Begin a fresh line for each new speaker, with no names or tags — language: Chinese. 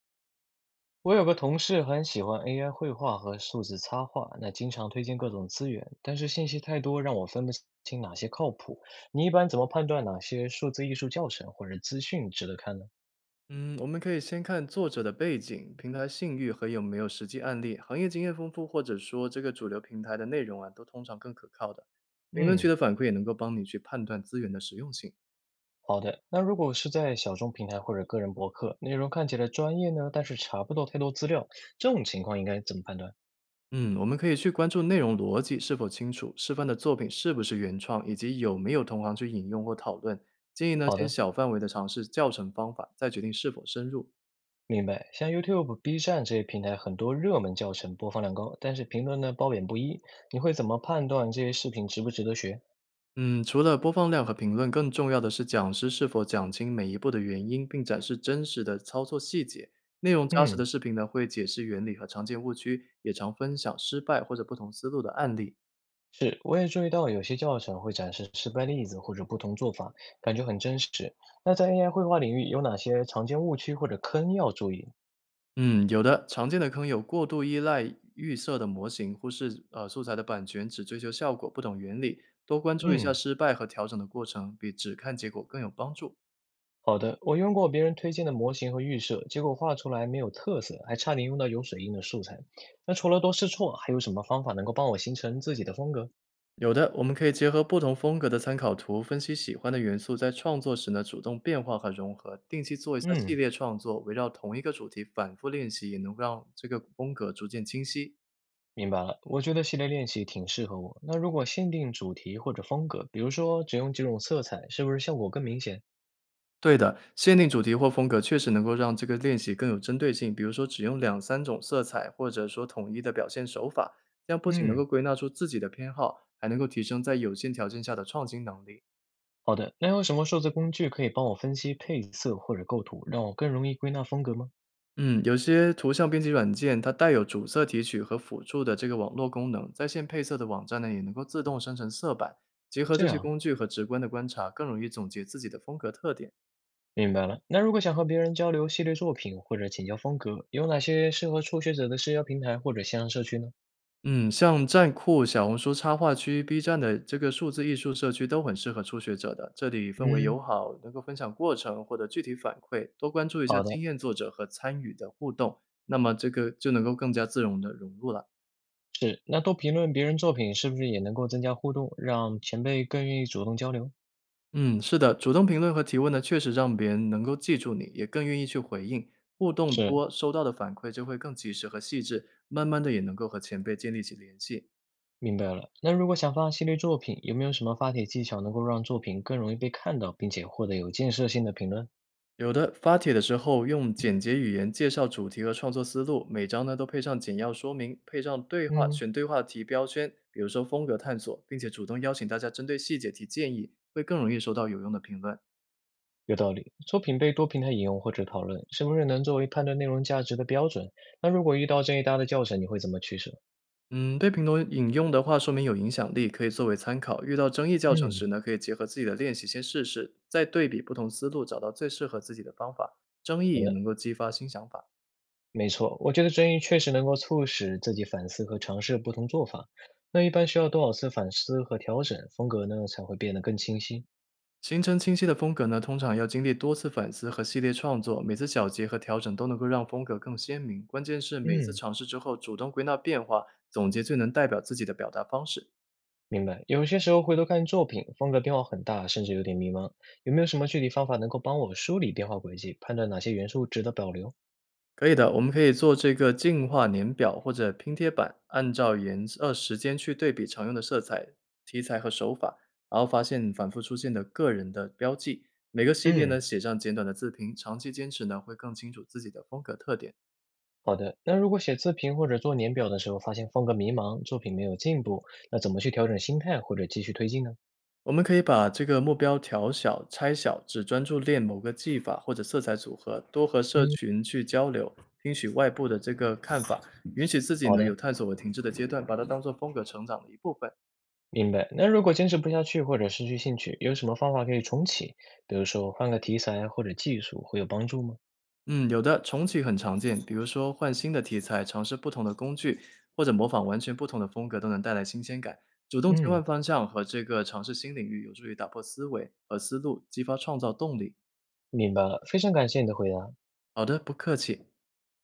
我有个同事很喜欢 AI 绘画和数字插画，那经常推荐各种资源，但是信息太多，让我分不清哪些靠谱。你一般怎么判断哪些数字艺术教程或者资讯值得看呢？
嗯，我们可以先看作者的背景、平台信誉和有没有实际案例，行业经验丰富，或者说这个主流平台的内容啊，都通常更可靠的。评论区
嗯，
的反馈也能够帮你去判断资源的实用性。
好的。那如果是在小众平台或者个人博客，内容看起来专业呢，但是查不到太多资料，这种情况应该怎么判断？
嗯，我们可以去关注内容逻辑是否清楚，示范的作品是不是原创，以及有没有同行去引用或讨论。建议呢，
好
先
的，
小范围的尝试教程方法，再决定是否深入。
明白。像 YouTube、B 站这些平台，很多热门教程播放量高，但是评论呢褒贬不一，你会怎么判断这些视频值不值得学？
嗯，除了播放量和评论，更重要的是讲师是否讲清每一步的原因，并展示真实的操作细节。内容扎实的
嗯。
视频呢，会解释原理和常见误区，也常分享失败或者不同思路的案例。
是，我也注意到有些教程会展示失败例子或者不同做法，感觉很真实。那在 AI 绘画领域有哪些常见误区或者坑要注意？
嗯，有的常见的坑有过度依赖预设的模型，忽视素材的版权，只追求效果，不懂原理。多关注一下
嗯，
失败和调整的过程，比只看结果更有帮助。
好的，我用过别人推荐的模型和预设，结果画出来没有特色，还差点用到有水印的素材。那除了多试错，还有什么方法能够帮我形成自己的风格？
有的，我们可以结合不同风格的参考图，分析喜欢的元素，在创作时呢主动变化和融合，定期做一下系
嗯，
列创作，围绕同一个主题反复练习，也能够让这个风格逐渐清晰。
明白了。我觉得系列练习挺适合我。那如果限定主题或者风格，比如说只用几种色彩，是不是效果更明显？
对的，限定主题或风格确实能够让这个练习更有针对性，比如说只用两三种色彩，或者说统一的表现手法，这样不仅能
嗯。
够归纳出自己的偏好，还能够提升在有限条件下的创新能力。
好的，那有什么数字工具可以帮我分析配色或者构图，让我更容易归纳风格吗？
嗯，有些图像编辑软件，它带有主色提取和辅助的这个网络功能，在线配色的网站呢，也能够自动生成色板。结合
这
这些
样，
工具和直观的观察，更容易总结自己的风格特点。
明白了。那如果想和别人交流系列作品或者请教风格，有哪些适合初学者的社交平台或者线上社区呢？
嗯，像站酷、小红书插画区、B 站的这个数字艺术社区都很适合初学者的。这里氛围友
嗯，
好，能够分享过程或者具体反馈，多关注一下
好的，
经验作者和参与的互动，那么这个就能够更加自容的融入了。
是。那多评论别人作品是不是也能够增加互动，让前辈更愿意主动交流？
嗯，是的，主动评论和提问呢，确实让别人能够记住你，也更愿意去回应。互动
是，
多，收到的反馈就会更及时和细致，慢慢的也能够和前辈建立起联系。
明白了。那如果想发系列作品，有没有什么发帖技巧能够让作品更容易被看到，并且获得有建设性的评论？
有的发帖的时候用简洁语言介绍主题和创作思路，每章呢都配上简要说明，配上对话，
嗯。
选对话题标签，比如说风格探索，并且主动邀请大家针对细节提建议，会更容易收到有用的评论。
有道理，作品被多平台引用或者讨论，是不是能作为判断内容价值的标准？那如果遇到争议大的教程，你会怎么取舍？
嗯，被评论引用的话，说明有影响力，可以作为参考。遇到争议教程
嗯，
时呢，可以结合自己的练习先试试，再对比不同思路，找到最适合自己的方法。争
好
议也
的，
能够激发新想法。
没错，我觉得争议确实能够促使自己反思和尝试不同做法。那一般需要多少次反思和调整，风格呢才会变得更清晰？
形成清晰的风格呢，通常要经历多次反思和系列创作，每次小结和调整都能够让风格更鲜明。关键是每次
嗯，
尝试之后，主动归纳变化，总结最能代表自己的表达方式。
明白，有些时候回头看作品，风格变化很大，甚至有点迷茫。有没有什么具体方法能够帮我梳理变化轨迹，判断哪些元素值得保留？
可以的，我们可以做这个净化年表或者拼贴板，按照颜色、时间去对比常用的色彩、题材和手法，然后发现反复出现的个人的标记。每个系列呢
嗯。
写上简短的自评，长期坚持呢会更清楚自己的风格特点。
好的，那如果写自评或者做年表的时候发现风格迷茫，作品没有进步，那怎么去调整心态或者继续推进呢？
我们可以把这个目标调小、拆小，只专注练某个技法或者色彩组合，多和社
嗯，
群去交流，听取外部的这个看法，允许自己
好
呢
的，
有探索和停滞的阶段，把它当做风格成长的一部分。
明白。那如果坚持不下去或者失去兴趣，有什么方法可以重启？比如说换个题材或者技术会有帮助吗？
嗯，有的，重启很常见，比如说换新的题材，尝试不同的工具，或者模仿完全不同的风格，都能带来新鲜感。主动切
嗯，
换方向和这个尝试新领域，有助于打破思维和思路，激发创造动力。
明白了，非常感谢你的回答。
好的，不客气。